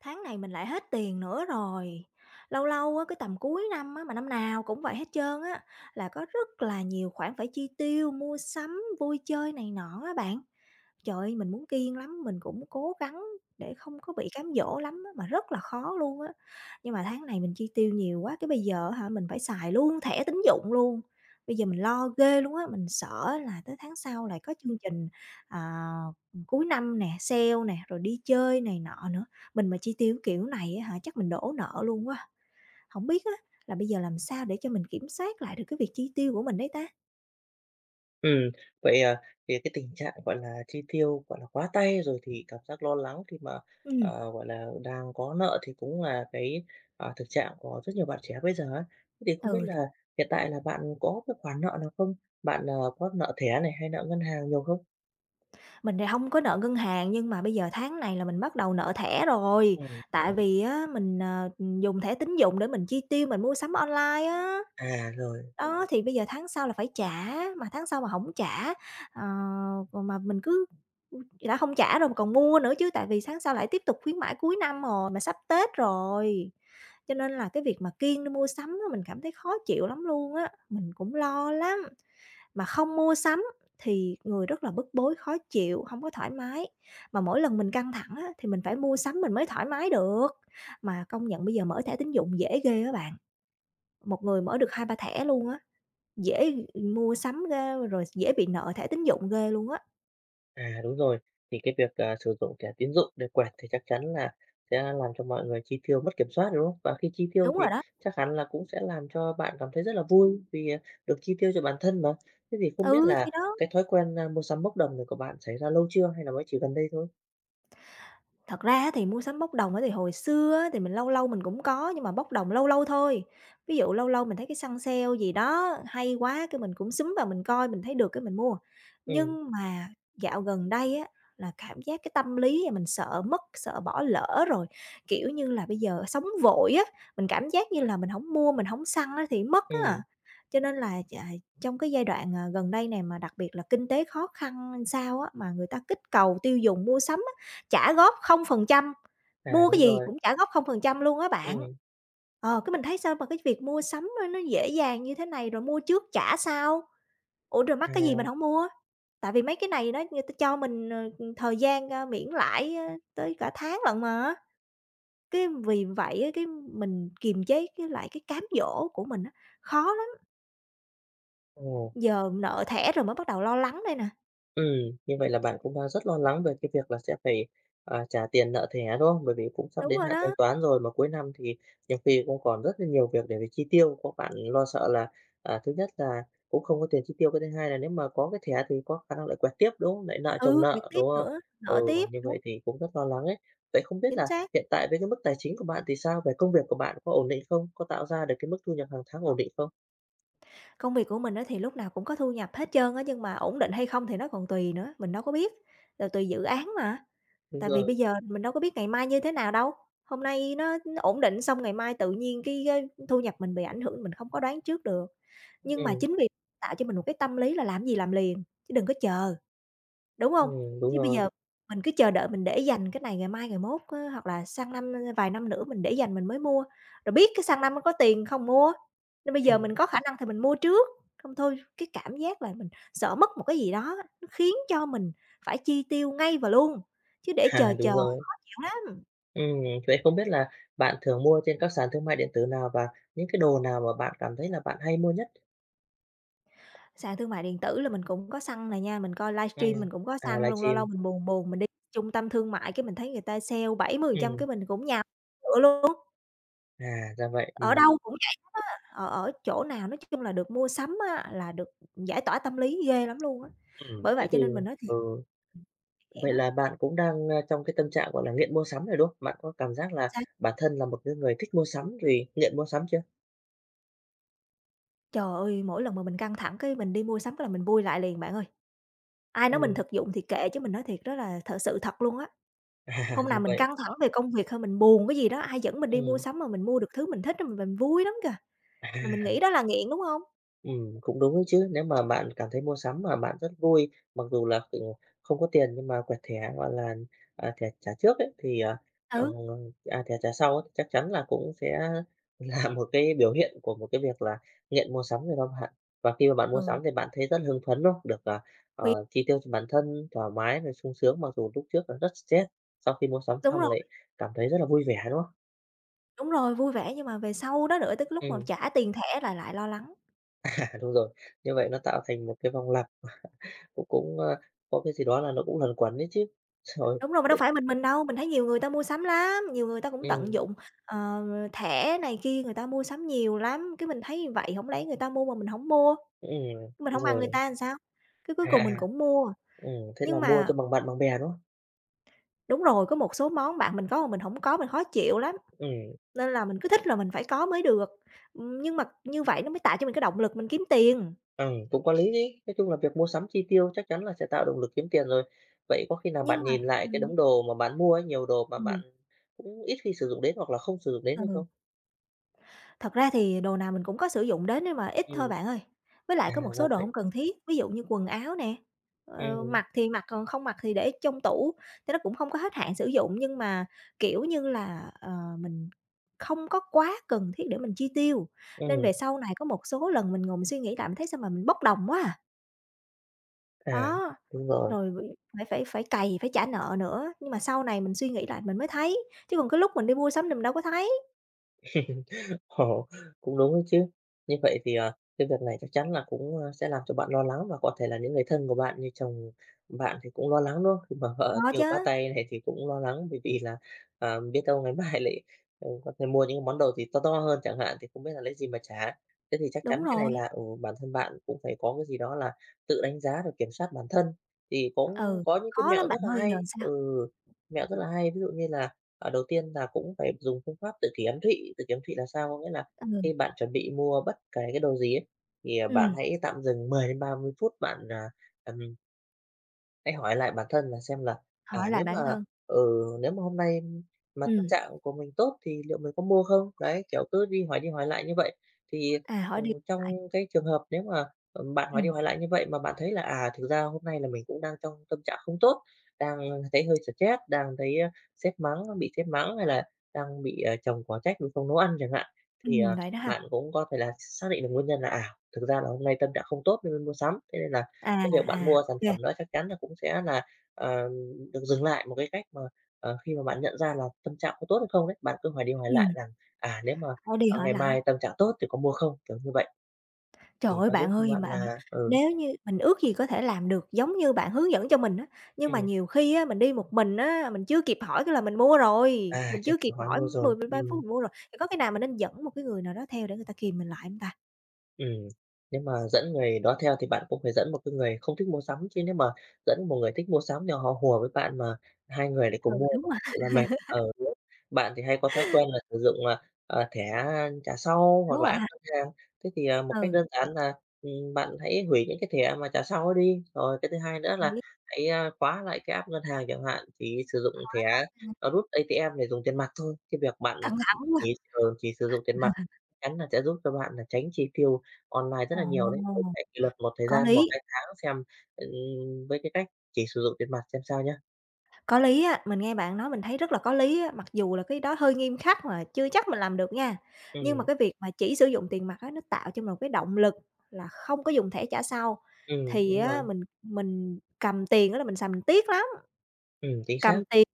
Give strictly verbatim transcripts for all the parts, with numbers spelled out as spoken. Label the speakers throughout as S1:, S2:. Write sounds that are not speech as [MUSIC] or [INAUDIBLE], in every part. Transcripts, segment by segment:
S1: Tháng này mình lại hết tiền nữa rồi. Lâu lâu á, cái tầm cuối năm á, mà năm nào cũng vậy hết trơn á, là có rất là nhiều khoản phải chi tiêu, mua sắm, vui chơi này nọ á bạn. Trời ơi, mình muốn kiêng lắm, mình cũng cố gắng để không có bị cám dỗ lắm á, mà rất là khó luôn á. Nhưng mà tháng này mình chi tiêu nhiều quá, cái bây giờ á hả, mình phải xài luôn thẻ tín dụng luôn. Bây giờ mình lo ghê luôn á, mình sợ là tới tháng sau lại có chương trình, à, cuối năm nè, sale nè, rồi đi chơi này nọ nữa. Mình mà chi tiêu kiểu này á hả, chắc mình đổ nợ luôn quá. Không biết á là bây giờ làm sao để cho mình kiểm soát lại được cái việc chi tiêu của mình đấy ta?
S2: Ừ, vậy, à, thì cái tình trạng, gọi là, chi tiêu, gọi là, quá tay rồi thì cảm giác lo lắng khi mà,
S1: Ừm.
S2: ờ, gọi là, đang có nợ thì cũng là cái, à, thực trạng của rất nhiều bạn trẻ bây giờ á. Thế thì không biết
S1: Ừ.
S2: là hiện tại là bạn có cái khoản nợ nào không? Bạn, ờ, có nợ thẻ này hay nợ ngân hàng nhiều không?
S1: Mình thì hông có nợ ngân hàng, nhưng mà bây giờ tháng này là mình bắt đầu nợ thẻ rồi,
S2: Ừm.
S1: tại vì á mình, ờ, dùng thẻ tín dụng để mình chi tiêu, mình mua sắm online á.
S2: À, rồi.
S1: Đó, thì bây giờ tháng sau là phải trả, mà tháng sau mà không trả, ờ, còn mà mình cứ đã không trả rồi mà còn mua nữa chứ, tại vì tháng sau lại tiếp tục khuyến mãi cuối năm rồi, mà sắp Tết rồi, cho nên là cái việc mà kiêng đi mua sắm á, mình cảm thấy khó chịu lắm luôn á, mình cũng lo lắm mà không mua sắm thì người rất là bức bối, khó chịu, không có thoải mái. Mà mỗi lần mình căng thẳng á, thì mình phải mua sắm mình mới thoải mái được. Mà công nhận bây giờ mở thẻ tín dụng dễ ghê á bạn, một người mở được hai ba thẻ luôn á, dễ mua sắm ghê, rồi dễ bị nợ thẻ tín dụng ghê luôn á.
S2: À, đúng rồi. Thì cái việc, à, sử dụng thẻ tín dụng để quẹt thì chắc chắn là sẽ làm cho mọi người chi tiêu mất kiểm soát, đúng không? Và khi chi tiêu
S1: Đúng rồi
S2: thì
S1: đó,
S2: chắc hẳn là cũng sẽ làm cho bạn cảm thấy rất là vui vì, à, được chi tiêu cho bản thân mà. Thế thì không biết
S1: ừ,
S2: là
S1: thì đó.
S2: cái thói quen, a, mua sắm bốc đồng này của bạn xảy ra lâu chưa hay là mới chỉ gần đây thôi?
S1: Thật ra á thì mua sắm bốc đồng á thì hồi xưa á thì mình lâu lâu mình cũng có, nhưng mà bốc đồng lâu lâu thôi. Ví dụ lâu lâu mình thấy cái săn sale gì đó hay quá, cái mình cũng xúm vào mình coi, mình thấy được cái mình mua.
S2: Ừ,
S1: Nhưng mà dạo gần đây á, là cảm giác cái tâm lý là mình sợ mất, sợ bỏ lỡ rồi, kiểu như là, bây giờ sống vội á, mình cảm giác như là mình hổng mua, mình hổng săn á thì mất á.
S2: ừ.
S1: Cho nên là ch trong cái giai đoạn, à, gần đây này mà đặc biệt là kinh tế khó khăn sao á, mà người ta kích cầu tiêu dùng mua sắm á, trả góp không phần trăm,
S2: À,
S1: mua cái
S2: đúng
S1: gì
S2: rồi.
S1: cũng trả góp không phần trăm luôn á
S2: Ừ.
S1: bạn. Ờ, cái mình thấy sao mà cái việc mua sắm nó nó dễ dàng như thế này, rồi mua trước trả sau. Ủa, rồi mắc cái gì mình
S2: à,
S1: không mua? Tại vì mấy cái này nó người ta cho mình, ờ, thời gian, ơ, miễn lãi, ơ, tới cả tháng lận mà. Cái vì vậy á, cái mình kiềm chế cái lại cái cám dỗ của mình á, khó lắm,
S2: ừ.
S1: giờ nợ thẻ rồi mới bắt đầu lo lắng đây nè.
S2: Ừ, như vậy là bạn cũng đang rất lo lắng về cái việc là sẽ phải, à, trả tiền nợ thẻ, đúng không? Bởi vì cũng sắp
S1: Đúng
S2: đến
S1: rồi
S2: hạn thanh
S1: đó,
S2: toán rồi, mà cuối năm thì nhiều khi cũng còn rất là nhiều việc để phải chi tiêu, có bạn lo sợ là, à, thứ nhất là cũng không có tiền chi tiêu, cái thứ hai là nếu mà có cái thẻ thì có khả năng lại quẹt tiếp, đúng không? Lại nợ chồng
S1: ừ, việc
S2: nợ,
S1: tiếp
S2: đúng không?
S1: nữa,
S2: Ừ,
S1: nợ tiếp,
S2: như vậy
S1: đúng,
S2: thì cũng rất lo lắng ấy. Vậy không biết
S1: chính
S2: là
S1: xác.
S2: hiện tại với cái mức tài chính của bạn thì sao? Về công việc của bạn có ổn định không? Có tạo ra được cái mức thu nhập hàng tháng ổn định không?
S1: Công việc của mình á thì lúc nào cũng có thu nhập hết trơn á, nhưng mà ổn định hay không thì nó còn tùy nữa, mình đâu có biết, rồi tùy dự án mà.
S2: Đúng
S1: Tại vì
S2: rồi.
S1: bây giờ mình đâu có biết ngày mai như thế nào đâu, hôm nay nó ổn định xong ngày mai tự nhiên cái cái thu nhập mình bị ảnh hưởng, mình không có đoán trước được. Nhưng mà
S2: Ừm.
S1: chính vì tạo cho mình một cái tâm lý là làm gì làm liền, chứ đừng có chờ. Đúng không?
S2: Ừm, đúng
S1: Chứ bây
S2: rồi.
S1: giờ mình cứ chờ đợi mình để dành cái này ngày mai ngày mốt á, hoặc là sang năm, ờ, vài năm nữa mình để dành mình mới mua, rồi biết cái sang năm có tiền không mua. Nên bây
S2: Ừm.
S1: giờ mình có
S2: [LAUGHS]
S1: khả năng thì mình mua trước, không thôi cái cảm giác là mình sợ mất một cái gì đó nó khiến cho mình phải chi tiêu ngay và luôn, chứ để
S2: À,
S1: chờ
S2: đúng
S1: chờ
S2: rồi.
S1: nhiều lắm.
S2: Ừm, vậy không biết là bạn thường mua trên các sàn thương mại điện tử nào và những cái đồ nào mà bạn cảm thấy là bạn hay mua nhất?
S1: Sàn thương mại điện tử là mình cũng có săn này nha, mình coi
S2: À,
S1: livestream mình cũng có
S2: à,
S1: săn
S2: live
S1: luôn, lâu lâu
S2: stream.
S1: mình buồn buồn mình đi trung tâm thương mại cái mình thấy người ta sale bảy mươi phần trăm
S2: Ừm.
S1: cái mình cũng nhào lựa luôn,
S2: À, ra vậy.
S1: ở
S2: Ừm.
S1: đâu cũng Ở ở chỗ nào nói chung là được mua sắm á, là được giải tỏa tâm lý ghê lắm luôn á.
S2: Ừm,
S1: Bởi
S2: thế
S1: vậy
S2: thì
S1: cho nên mình nói thiệt
S2: ừ,
S1: hẻm
S2: vậy
S1: lắm,
S2: là bạn cũng đang, a, trong cái tâm trạng, gọi là, nghiện mua sắm rồi, đúng không? Bạn có cảm giác là
S1: sao
S2: bản thân là một cái người thích mua sắm rồi nghiện mua sắm chưa?
S1: trời ơi, mỗi lần mà mình căng thẳng cái mình đi mua sắm cái là mình vui lại liền bạn ơi. Ai nói mình
S2: Ừm.
S1: thực dụng thì kệ chứ mình nói thiệt đó là thật sự thật luôn á.
S2: À. [LAUGHS]
S1: Hôm nào
S2: Ra
S1: mình
S2: vậy.
S1: căng thẳng về công việc hay mình buồn cái gì đó, ai dẫn mình đi mua
S2: Ừm.
S1: sắm mà mình mua được thứ mình thích á, mình mình vui lắm kìa, mà mình
S2: À.
S1: nghĩ đó là nghiện, đúng không?
S2: Ừm, cũng đúng đấy chứ. Nếu mà bạn cảm thấy mua sắm mà bạn rất vui, mặc dù là, ừ, không có tiền nhưng mà quẹt thẻ, gọi là, à, thẻ trả trước ấy, thì, à, ờ,
S1: Ừ,
S2: à, thẻ trả sau ấy, chắc chắn là cũng sẽ là [LAUGHS] một cái biểu hiện của một cái việc là nghiện mua sắm rồi đó bạn. Và khi mà bạn mua sắm
S1: ừ,
S2: thì bạn thấy rất hưng phấn, đúng không? Được, à,
S1: thì
S2: ờ, chi tiêu cho bản thân thoải mái rồi sung sướng, mặc dù lúc trước là rất stress, sau khi mua sắm
S1: đúng
S2: xong
S1: rồi,
S2: lại cảm thấy rất là vui vẻ, đúng không?
S1: đúng rồi, vui vẻ nhưng mà về sau đó nữa, tức cái lúc mà
S2: Ừm.
S1: trả tiền thẻ là lại lo lắng.
S2: [LAUGHS] À, đúng rồi. Như vậy nó tạo thành một cái vòng lặp. Cũng cũng, ơ, có cái gì đó là nó cũng luẩn quẩn đấy chứ. Rồi.
S1: Đúng rồi, mà
S2: Thế.
S1: đâu phải mình mình đâu, mình thấy nhiều người ta mua sắm lắm, nhiều người ta cũng tận
S2: Ừm.
S1: dụng, ờ, thẻ này kia người ta mua sắm nhiều lắm, cái mình thấy vậy hổng lẽ người ta mua mà mình hổng mua,
S2: Ừm,
S1: mình hổng bằng người
S2: rồi.
S1: ta làm sao? Cái
S2: [LAUGHS]
S1: cuối
S2: À.
S1: cùng mình
S2: À.
S1: cũng mua,
S2: Ừm, thế
S1: nhưng
S2: là mua
S1: mà
S2: cho bằng bạn bằng bè, đúng không?
S1: đúng rồi, có một số món bạn mình có mà mình hổng có mình khó chịu lắm,
S2: Ừm.
S1: nên là mình cứ thích là mình phải có mới được. Ừm, nhưng mà như vậy nó mới tạo cho mình cái động lực mình kiếm tiền,
S2: Ừm, cũng có lý đấy. Nói chung là việc mua sắm chi tiêu chắc chắn là sẽ tạo động lực kiếm tiền rồi. Vậy có khi nào
S1: nhưng
S2: bạn
S1: mà
S2: nhìn lại cái
S1: ừm,
S2: đống đồ mà bạn mua ấy, nhiều đồ mà bạn
S1: ừm,
S2: cũng ít khi sử dụng đến hoặc là không sử dụng đến hay
S1: ừ.
S2: không?
S1: Thật ra thì đồ nào mình cũng có sử dụng đến nhưng mà ít thôi
S2: Ừm.
S1: bạn ơi. Với lại
S2: À,
S1: có một
S2: ra
S1: số đồ
S2: vậy.
S1: không cần thiết, ví dụ như quần áo nè, ờ,
S2: Ừm.
S1: mặc thì mặc, còn không mặc thì để trong tủ, thì nó cũng không có hết hạn sử dụng. Nhưng mà, kiểu như là, ờ, mình không có quá cần thiết để mình chi tiêu, nên
S2: Ừm.
S1: về sau này có một số lần mình ngồi mình suy nghĩ lại mình thấy sao mà mình bốc đồng quá à.
S2: À,
S1: Đó,
S2: đúng rồi.
S1: rồi phải phải phải phải cày, phải trả nợ nữa, nhưng mà sau này mình suy nghĩ lại mình mới thấy, chứ còn cái lúc mình đi mua sắm thì mình đâu có thấy.
S2: Ồ, cũng đúng đấy chứ. Như vậy thì, à, cái việc này chắc chắn là cũng, a, sẽ làm cho bạn lo lắng và có thể là những người thân của bạn như chồng bạn thì cũng lo lắng, đúng không? Khi mà vợ
S1: Đó
S2: tiêu
S1: chứ,
S2: quá tay này thì cũng lo lắng bởi vì là, à, biết đâu ngày [LAUGHS] mai lại, ừ, có thể mua những món đồ gì to to hơn chẳng hạn, thì không biết là lấy gì mà trả. Thế thì chắc
S1: đúng
S2: chắn cái này
S1: rồi.
S2: là, ừ, bản thân bạn cũng phải có cái gì đó là tự đánh giá và kiểm soát bản thân. Thì cũng
S1: Ừ,
S2: có những cái
S1: khó
S2: mẹo
S1: lắm bạn
S2: rất là
S1: ơi,
S2: hay,
S1: giờ sao?
S2: ừ, mẹo rất là hay, ví dụ như là. Ờ, đầu tiên là cũng phải dùng phương pháp tự kỷ ám thị. Tự kỷ ám thị là sao? Có nghĩa là
S1: Ừ,
S2: khi bạn chuẩn bị mua bất kể cái đồ gì ấy, thì, à, bạn
S1: ừm,
S2: hãy tạm dừng mười đến ba mươi phút, bạn, à, ừm, hãy hỏi lại bản thân là xem là, à,
S1: hỏi lại
S2: nếu mà,
S1: bản thân,
S2: ừ, nếu mà hôm nay mà tâm
S1: ừm,
S2: trạng của mình tốt thì liệu mình có mua không? Đấy, kiểu, cứ đi hỏi đi hỏi lại như vậy. Thì,
S1: à,
S2: ừ,
S1: hỏi đi hỏi lại,
S2: trong cái trường hợp nếu mà, ờ, bạn hỏi đi
S1: ừm,
S2: hỏi lại như vậy mà bạn thấy là, à, thực ra hôm nay là mình cũng đang trong tâm trạng không tốt, đang thấy hơi stress, đang thấy, a, sếp mắng, bị sếp mắng hay là đang bị, à, chồng quả trách vì không nấu ăn chẳng hạn, thì,
S1: ừm,
S2: à,
S1: vậy đó ha.
S2: bạn cũng có thể là xác định được nguyên nhân là, à, thực ra là hôm nay tâm trạng không tốt nên mới mua sắm, thế nên là
S1: À,
S2: cái việc
S1: à,
S2: bạn mua
S1: ô
S2: sản
S1: kê,
S2: phẩm đó chắc chắn là cũng sẽ là, ờ, được dừng lại một cái cách mà, ờ, khi mà bạn nhận ra là tâm trạng có tốt hay không đấy. Bạn cứ hỏi đi hỏi lại
S1: ừm,
S2: rằng, à, nếu mà,
S1: hỏi đi
S2: ờ,
S1: hỏi
S2: ngày
S1: lại.
S2: mai tâm trạng tốt thì có mua không? Kiểu như vậy,
S1: Trời
S2: thì
S1: ơi,
S2: nó giúp
S1: bạn
S2: cho
S1: ơi,
S2: bạn
S1: mà
S2: là ừ.
S1: nếu như mình ước gì có thể làm được giống như bạn hướng dẫn cho mình á, nhưng mà
S2: Ừm.
S1: nhiều khi á, mình đi một mình á, mình chưa kịp hỏi cái là mình mua rồi,
S2: À,
S1: mình
S2: chưa
S1: chưa
S2: kịp
S1: kịp
S2: hỏi
S1: hỏi
S2: mua rồi.
S1: mười, ba
S2: Ừm.
S1: phút mình mua rồi. Thì có khi nào mình nên dẫn một cái người nào đó theo để người ta kìm mình lại hông ta?
S2: Ừm, nếu mà dẫn người đó theo thì bạn cũng phải dẫn một cái người không thích mua sắm, chứ nếu mà dẫn một người thích mua sắm thì họ hùa với bạn mà hai người lại
S1: Ừ,
S2: cùng mua thật
S1: đúng rồi ha,
S2: sự là mệt. ở Bạn thì hay có thói quen là sử dụng, à, à, thẻ trả sau hoặc
S1: đúng
S2: là
S1: rồi
S2: app
S1: ha,
S2: ngân hàng, thế thì, à, một cách
S1: ừ,
S2: đơn giản là, ừm, bạn hãy hủy những cái thẻ mà trả sau ấy đi. Rồi cái thứ hai nữa
S1: hợp
S2: là
S1: lý,
S2: hãy, a, khóa lại cái app ngân hàng chẳng hạn, chỉ sử dụng thẻ,
S1: ừm,
S2: ờ, rút a tê em để dùng tiền mặt thôi. Cái việc bạn
S1: căng thẳng quá.
S2: chỉ, ờ, chỉ sử dụng tiền mặt chắn là sẽ giúp cho bạn là tránh chi tiêu online rất
S1: Ồ,
S2: là nhiều đấy, mình sẽ kỷ luật một thời
S1: có
S2: gian một
S1: lý.
S2: hai tháng xem, ừm, với cái cách chỉ sử dụng tiền mặt xem sao nhá.
S1: Có lý á, mình nghe bạn nói mình thấy rất là có lý á, mặc dù là cái đó hơi nghiêm khắc mà chưa chắc mình làm được nha. Nhưng mà
S2: Ừm.
S1: cái việc mà chỉ sử dụng tiền mặt á, nó tạo cho mình một cái động lực là không có dùng thẻ trả sau,
S2: Ừm,
S1: thì
S2: đúng rồi.
S1: á mình mình cầm tiền đó là mình xài mình tiếc lắm.
S2: Ừm, chính xác.
S1: Cầm tiền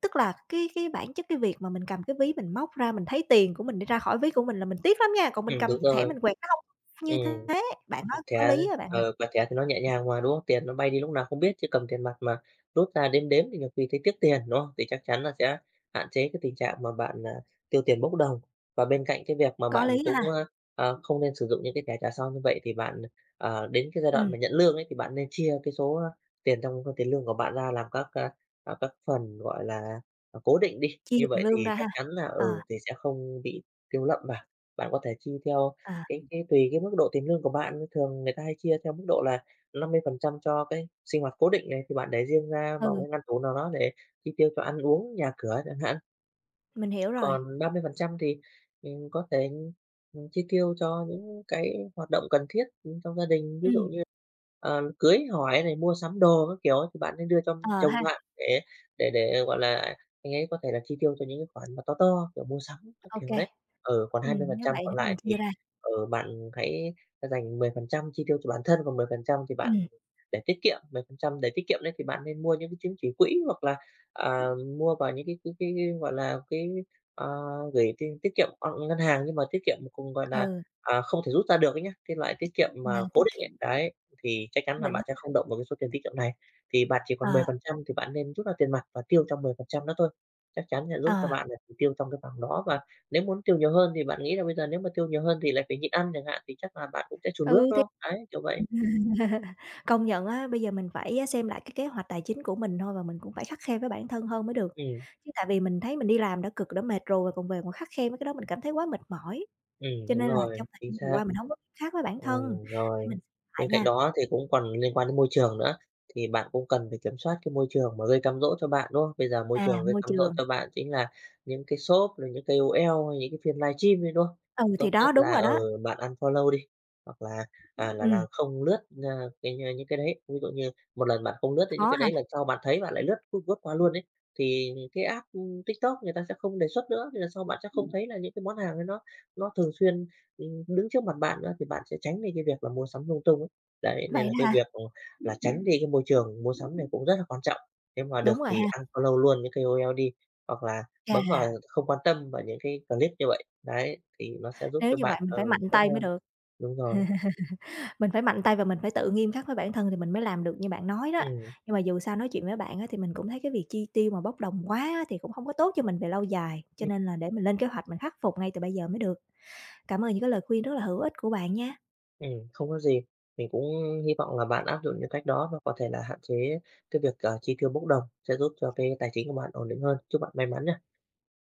S1: tức là cái cái bản chất cái việc mà mình cầm cái ví mình móc ra mình thấy tiền của mình đi ra khỏi ví của mình là mình tiếc lắm nha, còn mình
S2: Ừm,
S1: cầm
S2: đúng
S1: thẻ
S2: rồi.
S1: mình quẹt nó hông
S2: Ừm.
S1: như thế. Bạn
S2: Mặt
S1: nói có
S2: thẻ
S1: lý á bạn nè,
S2: ờ, Mặt thẻ thì nó nhẹ nhàng mà, đúng không? Tiền nó bay đi lúc nào không biết, chứ cầm tiền mặt mà rút ra đếm đếm thì nhiều khi thấy tiếc tiền, đúng không? Thì chắc chắn là sẽ hạn chế cái tình trạng mà bạn, à, tiêu tiền bốc đồng. Và bên cạnh cái việc mà
S1: có
S2: bạn
S1: lý
S2: cũng,
S1: ha.
S2: a, ờ, không nên sử dụng những cái thẻ trả sau như vậy thì bạn, ờ, đến cái giai đoạn
S1: Ừm,
S2: mà nhận lương ấy, thì bạn nên chia cái số, a, tiền trong cái tiền lương của bạn ra làm các, a, à, các phần, gọi là, à, cố định đi.
S1: chia
S2: Như
S1: tiền
S2: vậy
S1: lương
S2: thì
S1: ra
S2: chắc
S1: ha.
S2: chắn là,
S1: Ờ,
S2: ừ, thì sẽ không bị tiêu lậm và bạn có thể chi theo
S1: à,
S2: cái cái tùy cái mức độ tiền lương của bạn, thường người ta hay chia theo mức độ là năm mươi phần trăm cho cái sinh hoạt cố định này, thì bạn để riêng ra vào
S1: ừ,
S2: cái ngăn tủ nào đó để chi tiêu cho ăn uống, nhà cửa chẳng hạn.
S1: mình hiểu rồi.
S2: Còn ba mươi phần trăm thì mình có thể, ừm, chi tiêu cho những cái hoạt động cần thiết, ừ, trong gia đình. Ví dụ
S1: Ừm.
S2: như, ờ, cưới hỏi này, mua sắm đồ các kiểu ấy, thì bạn nên đưa cho
S1: Ờ
S2: chồng
S1: ha,
S2: bạn để để để, gọi là, anh ấy có thể là chi tiêu cho những cái khoản mà to to, kiểu, mua sắm các
S1: ô
S2: kiểu
S1: kê.
S2: đấy. Ừ, còn hai
S1: Ừm,
S2: mươi phần
S1: nếu
S2: trăm
S1: vậy
S2: còn
S1: để mình
S2: lại thì,
S1: chia ra.
S2: ừ, bạn hãy dành mười phần trăm chi tiêu cho bản thân, còn mười phần trăm thì
S1: Ừm,
S2: bạn để tiết kiệm. Mười phần trăm để tiết kiệm đấy thì bạn nên mua những cái chứng chỉ quỹ hoặc là, à, mua vào những cái cái cái, gọi là, cái. Ờ, Gửi tiết tiết kiệm, ờ, ngân hàng nhưng mà tiết kiệm cùng, gọi là,
S1: ừ,
S2: à, không thể rút ra được ấy nhá, cái loại tiết kiệm
S1: à,
S2: mà
S1: tiết
S2: cố định ấy,
S1: kiệm
S2: đấy, thì chắc chắn là
S1: mình
S2: bạn sẽ
S1: á
S2: không động vào cái số tiền tiết kiệm này. Thì bạn chỉ còn
S1: ờ,
S2: mười phần trăm thì bạn nên rút ra tiền mặt và tiêu trong mười phần trăm đó thôi, chắc chắn sẽ giúp cho
S1: ờ,
S2: bạn là chỉ tiêu trong cái khoảng đó. Và nếu muốn tiêu nhiều hơn thì bạn nghĩ là bây giờ nếu mà tiêu nhiều hơn thì lại phải nhịn ăn chẳng hạn, thì chắc là bạn cũng sẽ chùn bước,
S1: ừ,
S2: đúng
S1: thì
S2: không? Đấy, kiểu vậy.
S1: [LAUGHS] công nhận á, bây giờ mình phải á xem lại cái kế hoạch tài chính của mình thôi và mình cũng phải khắt khe với bản thân hơn mới được.
S2: Ừm.
S1: Chứ tại vì mình thấy mình đi làm đã cực, đã mệt rồi mà còn về còn khắt khe mấy cái đó mình cảm thấy quá mệt mỏi,
S2: Ừm,
S1: cho
S2: đúng
S1: nên là
S2: rồi,
S1: trong thời
S2: chính
S1: gian vừa
S2: xác.
S1: qua mình hông có kiểm soát với bản thân,
S2: Ừm,
S1: để
S2: rồi.
S1: mình lại
S2: Bên cạnh
S1: nha.
S2: đó thì cũng còn liên quan đến môi trường nữa, thì bạn cũng cần phải kiểm soát cái môi trường mà gây cám dỗ cho bạn, đúng không? Bây giờ môi
S1: À,
S2: trường gây
S1: môi
S2: cám dỗ
S1: trường,
S2: cho bạn chính là những cái shop, rồi những cái ca ô lờ hay những cái phiên livestream ấy, đúng không?
S1: ừ,
S2: Thì
S1: thì
S2: tốt nhất
S1: đó, đúng
S2: là,
S1: rồi đó,
S2: ở bạn unfollow đi, hoặc là, à, là là
S1: ừm,
S2: không lướt, a, cái những cái đấy. Ví dụ như một lần bạn không lướt thì những
S1: khó
S2: cái
S1: ha,
S2: đấy, là sau bạn thấy bạn lại lướt lướt lướt qua luôn đấy thì cái app, ưm, TikTok người ta sẽ không đề xuất nữa, thì là sau bạn sẽ không thấy là những cái món hàng ấy nó nó thường xuyên. Ừm, đứng trước mặt bạn nữa thì bạn sẽ tránh đi cái việc là mua sắm lung tung ấy. Đấy, nên
S1: vậy
S2: là cái
S1: đó ha,
S2: việc, ờ, là tránh đi cái môi trường mua sắm này cũng rất là quan trọng. Nếu mà
S1: đúng
S2: được
S1: rồi
S2: thì
S1: ha,
S2: unfollow luôn những cái ca ô lờ đi, hoặc là bấm vào
S1: chà,
S2: không quan tâm vào những cái clip như vậy. Đấy, thì nó sẽ giúp
S1: nếu
S2: cho
S1: như vậy
S2: bạn,
S1: mình
S2: ờ,
S1: phải mạnh
S2: tốt
S1: tay mới
S2: hơn.
S1: được.
S2: Đúng rồi.
S1: Mình phải mạnh tay và mình phải tự nghiêm khắc với bản thân thì mình mới làm được như bạn nói đó.
S2: Ừm.
S1: Nhưng mà dù sao nói chuyện với bạn á, thì mình cũng thấy cái việc chi tiêu mà bốc đồng quá á, thì cũng không có tốt cho mình về lâu dài, cho
S2: Ừm.
S1: nên là để mình lên kế hoạch mình khắc phục ngay từ bây giờ mới được. Cảm ơn những cái lời khuyên rất là hữu ích của bạn nha.
S2: Ừm, không có gì. Mình cũng hy vọng là bạn áp dụng những cách đó và có thể là hạn chế cái việc, ờ, chi tiêu bốc đồng sẽ giúp cho cái tài chính của bạn ổn định hơn. Chúc bạn may mắn nhé.